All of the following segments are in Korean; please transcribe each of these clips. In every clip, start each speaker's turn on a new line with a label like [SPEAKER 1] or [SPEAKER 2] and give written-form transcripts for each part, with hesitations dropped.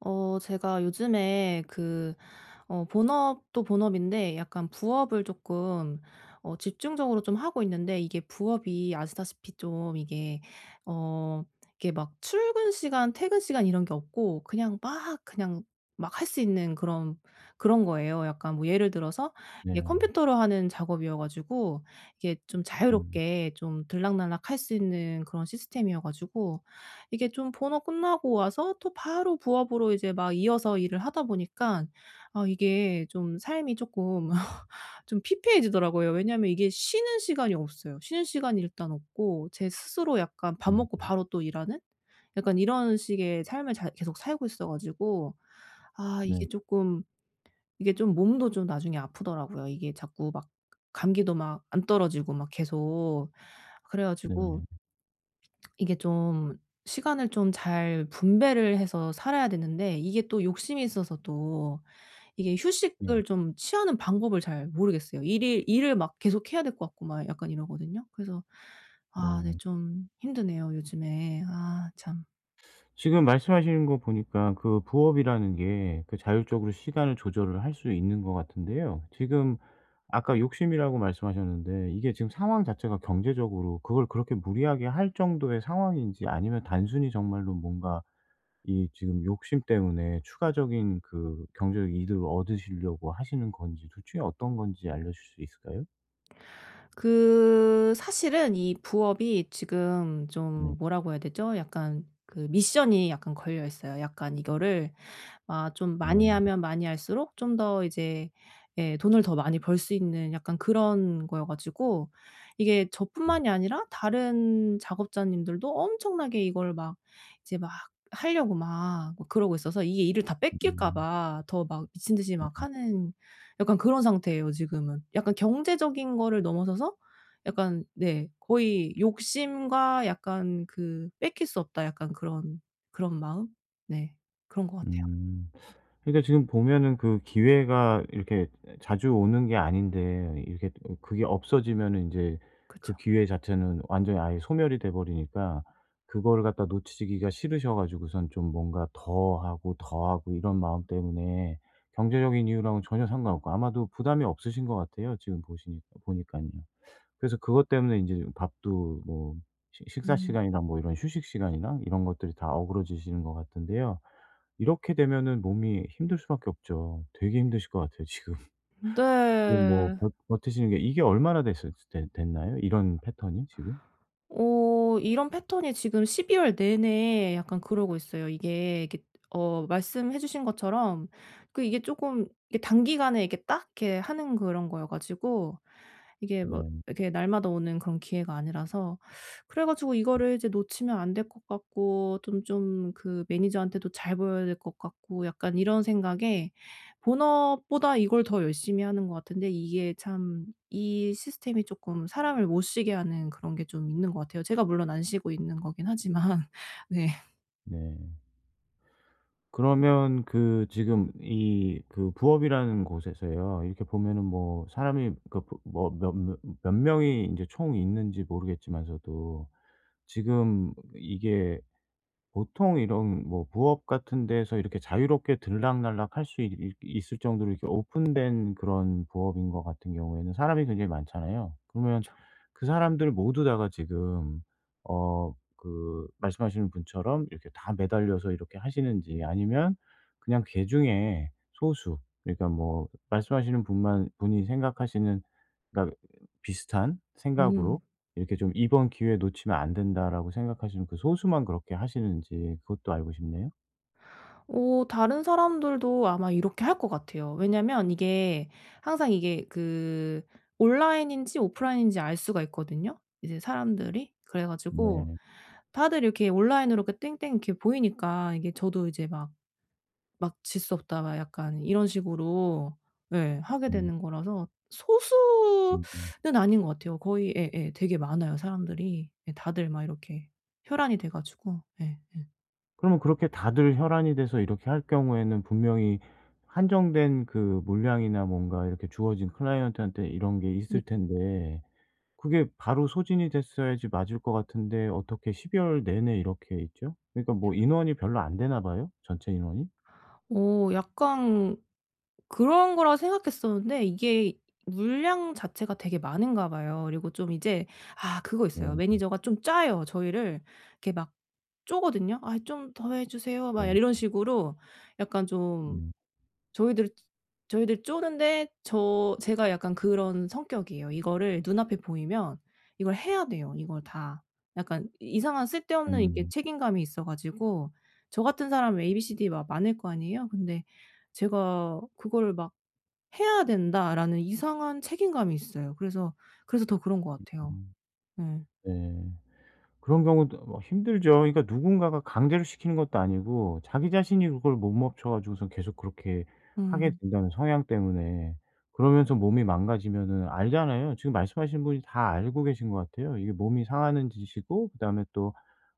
[SPEAKER 1] 어 제가 요즘에 그 어 본업도 본업인데, 약간 부업을 조금 어 집중적으로 좀 하고 있는데, 이게 부업이 아시다시피 좀 이게 어 이게 막 출근 시간 퇴근 시간 이런 게 없고, 그냥 막 그냥 막 할 수 있는 그런 거예요. 약간 뭐 예를 들어서 이게
[SPEAKER 2] 네.
[SPEAKER 1] 컴퓨터로 하는 작업이어 가지고, 이게 좀
[SPEAKER 2] 음.
[SPEAKER 1] 자유롭게 좀 들락날락 할 수 있는 그런 시스템이어 가지고, 이게 좀 본업 끝나고 와서 또 바로 부업으로 이제 막 이어서 일을 하다 보니까, 아 이게 좀 삶이 쪼끔 좀 피폐해지더라고요. 왜냐하면 이게 쉬는 시간이 없어요. 쉬는 시간이 일단 없고, 제 스스로 약간 밥
[SPEAKER 2] 음.
[SPEAKER 1] 먹고 바로 또 일하는, 약간 이런 식의 삶을 잘 계속 살고 있어 가지고, 아 이게
[SPEAKER 2] 네.
[SPEAKER 1] 쪼끔 이게 좀 몸도 좀 나중에 아프더라고요. 이게 자꾸 막 감기도 막 안 떨어지고 막 계속. 그래 가지고
[SPEAKER 2] 네.
[SPEAKER 1] 이게 좀 시간을 좀 잘 분배를 해서 살아야 되는데, 이게 또 욕심이 있어서, 또 이게
[SPEAKER 2] 네.
[SPEAKER 1] 휴식을 좀 취하는 방법을 잘 모르겠어요. 일이 일을 막 계속 해야 될 것 같고 막 약간 이러거든요. 그래서 아 네
[SPEAKER 2] 네.
[SPEAKER 1] 좀 힘드네요 요즘에. 아 참.
[SPEAKER 2] 지금 말씀하시는 거 보니까 그 부업이라는 게 그 자율적으로 시간을 조절을 할 수 있는 것 같은데요. 지금 아까 욕심이라고 말씀하셨는데 이게 지금 상황 자체가 경제적으로 그걸 그렇게 무리하게 할 정도의 상황인지, 아니면 단순히 정말로 뭔가 이 지금 욕심 때문에 추가적인 그 경제적 이득을 얻으시려고 하시는 건지, 둘 중에 어떤 건지 알려 주실 수 있을까요?
[SPEAKER 1] 그 사실은 이 부업이 지금
[SPEAKER 2] 네.
[SPEAKER 1] 좀 뭐라고 해야 되죠? 약간 그 미션이 약간 걸려 있어요. 약간 이거를 아 좀 많이
[SPEAKER 2] 네.
[SPEAKER 1] 하면 많이 할수록 좀 더 이제 예 돈을 더 많이 벌 수 있는 약간 그런 거여 가지고, 이게
[SPEAKER 2] 네.
[SPEAKER 1] 저뿐만이 아니라 다른 작업자님들도 엄청나게 이걸 막 이제 막 하려고 막 뭐 그러고 있어서, 이게 일을 다 뺏길까
[SPEAKER 2] 음.
[SPEAKER 1] 봐 더 막 미친 듯이
[SPEAKER 2] 네.
[SPEAKER 1] 막 하는, 약간 그런 상태예요 지금은. 약간 경제적인 거를 넘어서서, 약간 네 거의 욕심과 약간 그 '뺏길 수 없다.' 약간 그런, 그런 마음? 네. 그런 것 같아요.
[SPEAKER 2] 음. 그러니까 지금 보면은 그 기회가 이렇게 자주 오는 게 아닌데, 이렇게 또 그게 없어지면은 인제
[SPEAKER 1] 그쵸.
[SPEAKER 2] 그 기회 자체는 완전히 아예 소멸이 돼 버리니까 그거를 갖다 놓치기가 싫으셔 가지고선 좀 뭔가 더 하고 더 하고 이런 마음 때문에 경제적인 이유랑은 전혀 상관없고 아마도 부담이 없으신 것 같아요 지금 보시니 보니깐요. 그래서 그것 때문에 인제 밥도 뭐 식 식사
[SPEAKER 1] 음.
[SPEAKER 2] 시간이랑 뭐 이런 휴식 시간이랑 이런 것들이 다 어그러지시는 것 같은데요. 이렇게 되면은 몸이 힘들 수밖에 없죠. 되게 힘드실 것 같아요 지금. 지금 뭐
[SPEAKER 1] 네.
[SPEAKER 2] 버 버티시는 게 이게 얼마나 됐었 됐 됐나요? 이런 패턴이 지금?
[SPEAKER 1] 어 이런 패턴이 지금 12월 내내 약간 그러고 있어요. 이게 어 말씀해 주신 것처럼 그 이게 쪼끔 이게 단기간에 이렇게 딱 이렇게 하는 그런 거여 가지고, 이게 뭐
[SPEAKER 2] 네.
[SPEAKER 1] 이렇게 날마다 오는 그런 기회가 아니라서, 그래 가지고 이거를 이제 놓치면 안 될 것 같고, 좀 좀 그 매니저한테도 잘 보여야 될 것 같고, 약간 이런 생각에 본업보다 이걸 더 열심히 하는 것 같은데, 이게 참 이 시스템이 쪼끔 사람을 못 쉬게 하는 그런 게 좀 있는 것 같아요. 제가 물론 안 쉬고 있는 거긴 하지만. 네.
[SPEAKER 2] 네. 그러면 그 지금 이 그 부업이라는 곳에서요. 이렇게 보면은 뭐 사람이 그뭐몇몇 명이 이제 총 있는지 모르겠지만서도 지금 이게 보통 이런 뭐 부업 같은 데에서 이렇게 자유롭게 들락날락 할 수 있을 정도로 이렇게 오픈된 그런 부업인 것 같은 경우에는 사람이 굉장히 많잖아요. 그러면
[SPEAKER 1] 그쵸.
[SPEAKER 2] 그 사람들 모두 다가 지금 어 그 말씀하시는 분처럼 이렇게 다 매달려서 이렇게 하시는지, 아니면 그냥 개중에 소수, 그러니까 뭐 말씀하시는 분만 분이 생각하시는, 그러니까 비슷한
[SPEAKER 1] 음.
[SPEAKER 2] 생각으로 이렇게 좀 '이번 기회 놓치면 안 된다.'라고 생각하시는 그 소수만 그렇게 하시는지 그것도 알고 싶네요.
[SPEAKER 1] 어 다른 사람들도 아마 이렇게 할 것 같아요. 왜냐면 이게 항상 이게 그 온라인인지 오프라인인지 알 수가 있거든요 이제 사람들이. 그래 가지고
[SPEAKER 2] 네.
[SPEAKER 1] 다들 이렇게 온라인으로 그 땡땡 이렇게 보이니까, 이게 저도 이제 막 막 '질 수 없다.' 막 약간 이런 식으로 예 하게
[SPEAKER 2] 음
[SPEAKER 1] 되는 거라서
[SPEAKER 2] 음음.
[SPEAKER 1] 소수는 아닌 것 같아요. 거의 예예 되게 많아요 사람들이. 예 다들 막 이렇게 혈안이 돼 가지고. 예 예.
[SPEAKER 2] 그러면 그렇게 다들 혈안이 돼서 이렇게 할 경우에는 분명히 한정된 그 물량이나 뭔가 이렇게 주어진 클라이언트한테 이런 게
[SPEAKER 1] 음.
[SPEAKER 2] 있을 텐데 그게 바로 소진이 됐어야지 맞을 것 같은데, 어떻게 12월 내내 이렇게 있죠? 그러니까 뭐 인원이 별로 안 되나 봐요? 전체 인원이?
[SPEAKER 1] 어 약간 그런 거라 생각했었는데, 이게 물량 자체가 되게 많은가 봐요. 그리고 좀 이제 아 그거 있어요.
[SPEAKER 2] 네.
[SPEAKER 1] 매니저가 좀 짜요. 저희를 이렇게 막 쪼거든요. "아 좀 더 해 주세요." 막 이런
[SPEAKER 2] 네.
[SPEAKER 1] 식으로 약간 좀
[SPEAKER 2] 음.
[SPEAKER 1] 저희들 저희들 쪼는데, 저 제가 약간 그런 성격이에요. 이거를 눈앞에 보이면 이걸 해야 돼요, 이걸 다. 약간 이상한 쓸데없는 이게
[SPEAKER 2] 음.
[SPEAKER 1] 책임감이 있어 가지고, 저 같은 사람 A, B, C, D 막 많을 거 아니에요. 근데 제가 그거를 막 '해야 된다.'라는 이상한 책임감이 있어요. 그래서 그래서 더 그런 것 같아요.
[SPEAKER 2] 음.
[SPEAKER 1] 네.
[SPEAKER 2] 네. 그런 경우도 뭐 힘들죠. 그러니까 누군가가 강제로 시키는 것도 아니고 자기 자신이 그걸 못 멈춰 가지고선 계속 그렇게 하게
[SPEAKER 1] 음.
[SPEAKER 2] 된다는 성향 때문에 그러면서 몸이 망가지면은 알잖아요. 지금 말씀하신 분이 다 알고 계신 것 같아요. 이게 몸이 상하는 짓이고, 그다음에 또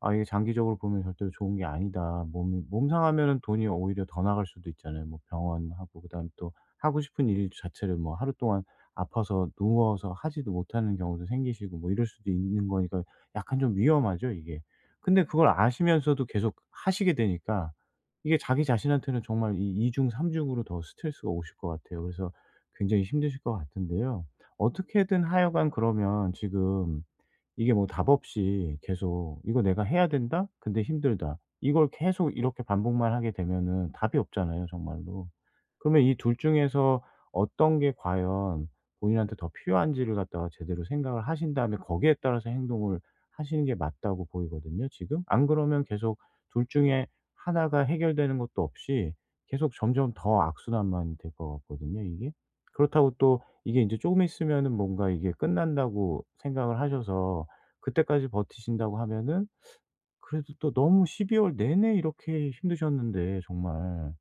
[SPEAKER 2] '아 이게 장기적으로 보면 절대로 좋은 게 아니다.' 몸이 몸 상하면은 돈이 오히려 더 나갈 수도 있잖아요. 뭐 병원하고, 그다음에 또 하고 싶은 일 자체를 뭐 하루 동안 아파서 누워서 하지도 못하는 경우도 생기시고 뭐 이럴 수도 있는 거니까 약간 좀 위험하죠 이게. 근데 그걸 아시면서도 계속 하시게 되니까 이게 자기 자신한테는 정말 이 2 중 3 중으로 더 스트레스가 오실 것 같아요. 그래서 굉장히 힘드실 것 같은데요. 어떻게든 하여간 그러면 지금 이게 뭐 답 없이 계속 '이거 내가 해야 된다. 근데 힘들다.' 이걸 계속 이렇게 반복만 하게 되면은 답이 없잖아요 정말로. 그러면 이 둘 중에서 어떤 게 과연 본인한테 더 필요한지를 갖다가 제대로 생각을 하신 다음에 거기에 따라서 행동을 하시는 게 맞다고 보이거든요 지금. 안 그러면 계속 둘 중에 하나가 해결되는 것도 없이 계속 점점 더 악순환만 될 것 같거든요 이게. 그렇다고 또 이게 이제 조금 있으면은 뭔가 이게 끝난다고 생각을 하셔서 그때까지 버티신다고 하면은 그래도 또 너무 12월 내내 이렇게 힘드셨는데 정말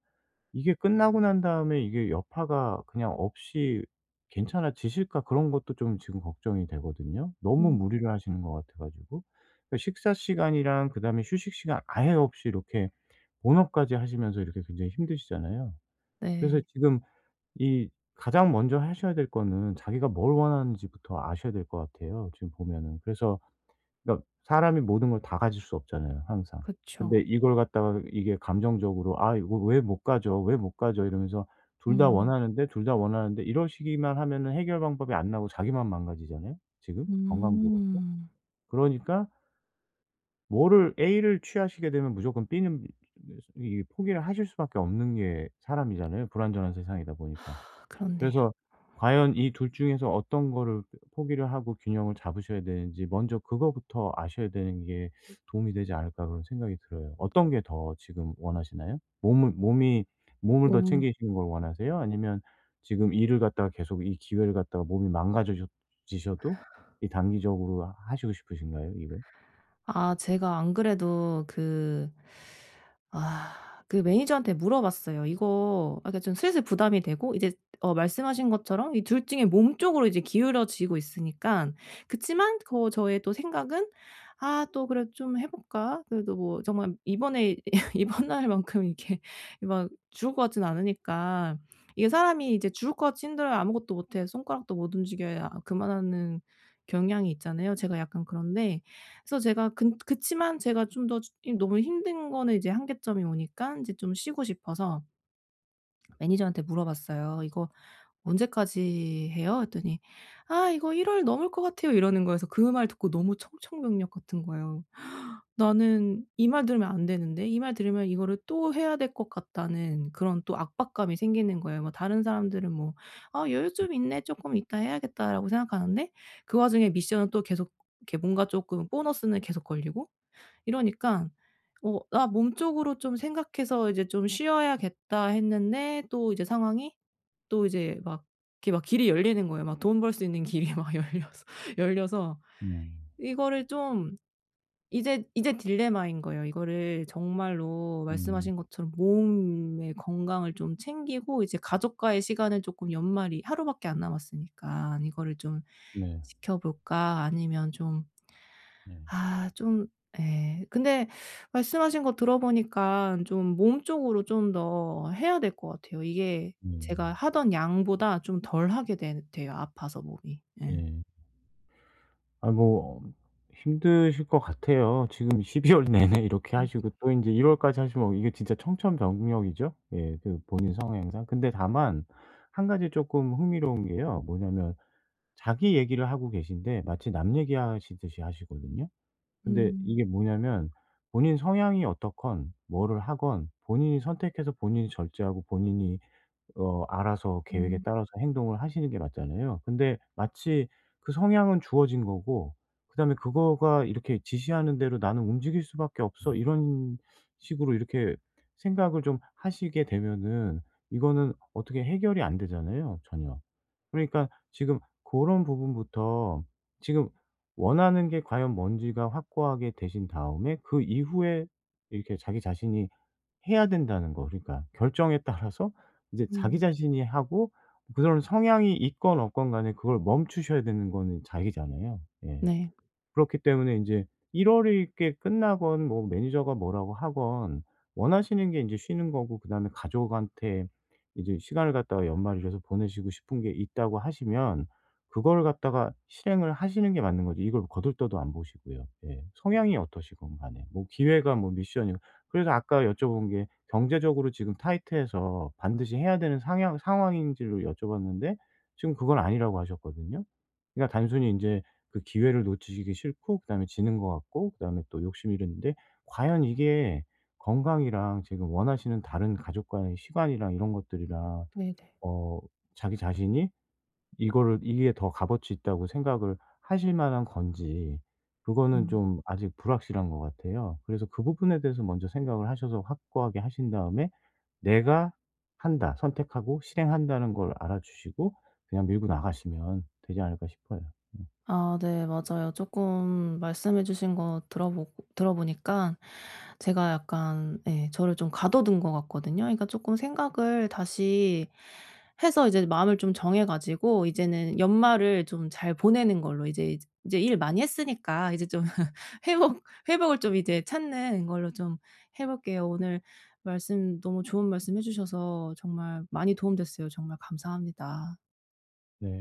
[SPEAKER 2] 이게 끝나고 난 다음에 이게 여파가 그냥 없이 괜찮아지실까, 그런 것도 좀 지금 걱정이 되거든요. 너무
[SPEAKER 1] 음.
[SPEAKER 2] 무리를 하시는 것 같아 가지고. 그 식사 시간이랑 그다음에 휴식 시간 아예 없이 이렇게 본업까지 하시면서 이렇게 굉장히 힘드시잖아요. 그래서
[SPEAKER 1] 네.
[SPEAKER 2] 지금 이 가장 먼저 하셔야 될 거는 자기가 뭘 원하는지부터 아셔야 될 것 같아요 지금 보면은. 그래서 그러니까 사람이 모든 걸 다 가질 수 없잖아요 항상.
[SPEAKER 1] 그쵸.
[SPEAKER 2] 근데 이걸 갖다가 이게 감정적으로 '아 이거 왜 못 가져? 왜 못 가져?' 이러면서 둘 다
[SPEAKER 1] 음.
[SPEAKER 2] 원하는데 둘 다 원하는데 이러시기만 하면은 해결 방법이 안 나오고 자기만 망가지잖아요 지금, 건강도 그렇고.
[SPEAKER 1] 음.
[SPEAKER 2] 그러니까 뭐를 A를 취하시게 되면 무조건 B는 이 포기를 하실 수밖에 없는 게 사람이잖아요, 불완전한 세상이다 보니까.
[SPEAKER 1] 그렇네요.
[SPEAKER 2] 그래서 과연 이 둘 중에서 어떤 거를 포기를 하고 균형을 잡으셔야 되는지 먼저 그거부터 아셔야 되는 게 '도움이 되지 않을까.' 그런 생각이 들어요. 어떤 게 더 지금 원하시나요? 몸을 더
[SPEAKER 1] 너무
[SPEAKER 2] 챙기시는 걸 원하세요? 아니면 지금 일을 갖다가 계속 이 기회를 갖다가 몸이 망가져 지셔도 이 단기적으로 하 하시고 싶으신가요, 이걸?
[SPEAKER 1] 아 제가 안 그래도 그 아 그 매니저한테 물어봤어요. 이거 아, 그러니까 좀 슬슬 부담이 되고 이제 어 말씀하신 것처럼 이 둘 중에 몸 쪽으로 이제 기울어지고 있으니까. 그치만 그 저의 또 생각은 '아 또 그래도 좀 해 볼까?' 그래도 뭐 정말 이번에 이번 날 만큼 이렇게 막 죽을 것 같진 않으니까, 이게 사람이 이제 죽을 것 같이 힘들어요, 아무것도 못해 손가락도 못 움직여야 그만하는 경향이 있잖아요. 제가 약간 그런데. 그래서 제가 근 그치만 제가 좀 더 이 너무 힘든 거는 이제 한계점이 오니까 인제 좀 쉬고 싶어서 매니저한테 물어봤어요. "이거 언제까지 해요?" 했더니 "아 이거 1월 넘을 것 같아요." 이러는 거예요. 그래서 그 말 듣고 너무 청천벽력 같은 거예요. 나는 이 말 들으면 안 되는데, 이 말 들으면 이거를 또 해야 될 것 같다는 그런 또 압박감이 생기는 거예요. 뭐 다른 사람들은 뭐 '아 여유 좀 있네. 쪼끔 이따 해야겠다.'라고 생각하는데, 그 와중에 미션은 또 계속 이렇게 뭔가 쪼끔 보너스는 계속 걸리고 이러니까, 어 '나 몸쪽으로 좀 생각해서 이제 좀 쉬어야겠다.' 했는데, 또 이제 상황이 또 이제 막 이렇게 막 길이 열리는 거예요. 막 돈 벌 수 있는 길이 막 열려서
[SPEAKER 2] 음.
[SPEAKER 1] 이거를 좀, 이제 이제 딜레마인 거예요. 이거를 정말로
[SPEAKER 2] 음.
[SPEAKER 1] 말씀하신 것처럼 몸의 건강을 좀 챙기고, 이제 가족과의 시간을 조금, 연말이 하루밖에 안 남았으니까 이거를 좀
[SPEAKER 2] 네.
[SPEAKER 1] 지켜볼까? 아니면 좀
[SPEAKER 2] 네.
[SPEAKER 1] 아 좀 예. 근데 말씀하신 거 들어보니까 좀 몸 쪽으로 좀 더 해야 될 것 같아요. 이게
[SPEAKER 2] 네.
[SPEAKER 1] 제가 하던 양보다 좀 덜 하게 되 돼요, 아파서 몸이. 예.
[SPEAKER 2] 네. 아 뭐 힘드실 것 같아요. 지금 12월 내내 이렇게
[SPEAKER 1] 음.
[SPEAKER 2] 하시고 또 이제1 월까지 하시면 이게 진짜 청천벽력이죠. 예 그 본인 성향상. 근데 다만 한 가지 조금 흥미로운 게요. 뭐냐면 자기 얘기를 하고 계신데 마치 남 얘기하시듯이 하시거든요. 근데
[SPEAKER 1] 음.
[SPEAKER 2] 이게 뭐냐면 본인 성향이 어떻건, 뭐를 하건, 본인이 선택해서 본인이 절제하고 본인이 어 알아서 계획에
[SPEAKER 1] 음.
[SPEAKER 2] 따라서 행동을 하시는 게 맞잖아요. 근데 마치 그 성향은 주어진 거고 그다음에 그거가 이렇게 지시하는 대로 '나는 움직일 수밖에 없어.' 이런 식으로 이렇게 생각을 좀 하시게 되면은 이거는 어떻게 해결이 안 되잖아요 전혀. 그러니까 지금 고런 부분부터 지금 원하는 게 과연 뭔지가 확고하게 되신 다음에 그 이후에 이렇게 자기 자신이 해야 된다는 거, 그러니까 결정에 따라서 이제 자기
[SPEAKER 1] 음.
[SPEAKER 2] 자신이 하고, 그런 성향이 있건 없건 간에 그걸 멈추셔야 되는 거는 자기잖아요. 예.
[SPEAKER 1] 네.
[SPEAKER 2] 그렇기 때문에 인제 1월이렇게 끝나건 뭐 매니저가 뭐라고 하건 원하시는 게 인제 쉬는 거고, 그다음에 가족한테 이제 시간을 갖다가 연말이라서 보내시고 싶은 게 있다고 하시면 그걸 갖다가 실행을 하시는 게 맞는 거죠. 이걸 거들떠도 안 보시고요. 예. 성향이 어떠시건 간에. 뭐 기회가 뭐 미션이고. 그래서 아까 여쭤본 게 경제적으로 지금 타이트해서 반드시 해야 되는 상향 상황인지를 여쭤봤는데 지금 그건 아니라고 하셨거든요. 그러니까 단순히 인제 그 기회를 놓치기 싫고, 그다음에 지는 것 같고, 그다음에 또 욕심이 이랬는데 과연 이게 건강이랑 지금 원하시는 다른 가족과의 시간이랑 이런 것들이랑
[SPEAKER 1] 네네.
[SPEAKER 2] 어 자기 자신이 이거를, 이게 더 값어치 있다고 생각을 하실 만한 건지 그거는
[SPEAKER 1] 음.
[SPEAKER 2] 좀 아직 불확실한 것 같아요. 그래서 그 부분에 대해서 먼저 생각을 하셔서 확고하게 하신 다음에 '내가 한다. 선택하고 실행한다.'는 걸 알아주시고 그냥 밀고 나가시면 되지 않을까 싶어요. 네.
[SPEAKER 1] 아 네 맞아요. 조금 말씀해 주신 거 들어보고 들어보니까 제가 약간 예 저를 좀 가둬둔 것 같거든요. 그러니까 조금 생각을 다시 해서 이제 마음을 좀 정해 가지고, 이제는 연말을 좀 잘 보내는 걸로, 이제 이제 이제 일 많이 했으니까 이제 좀 회복 회복을 좀 이제 찾는 걸로 좀 해 볼게요. 오늘 말씀 너무 좋은 말씀 해 주셔서 정말 많이 도움 됐어요. 정말 감사합니다.
[SPEAKER 2] 네.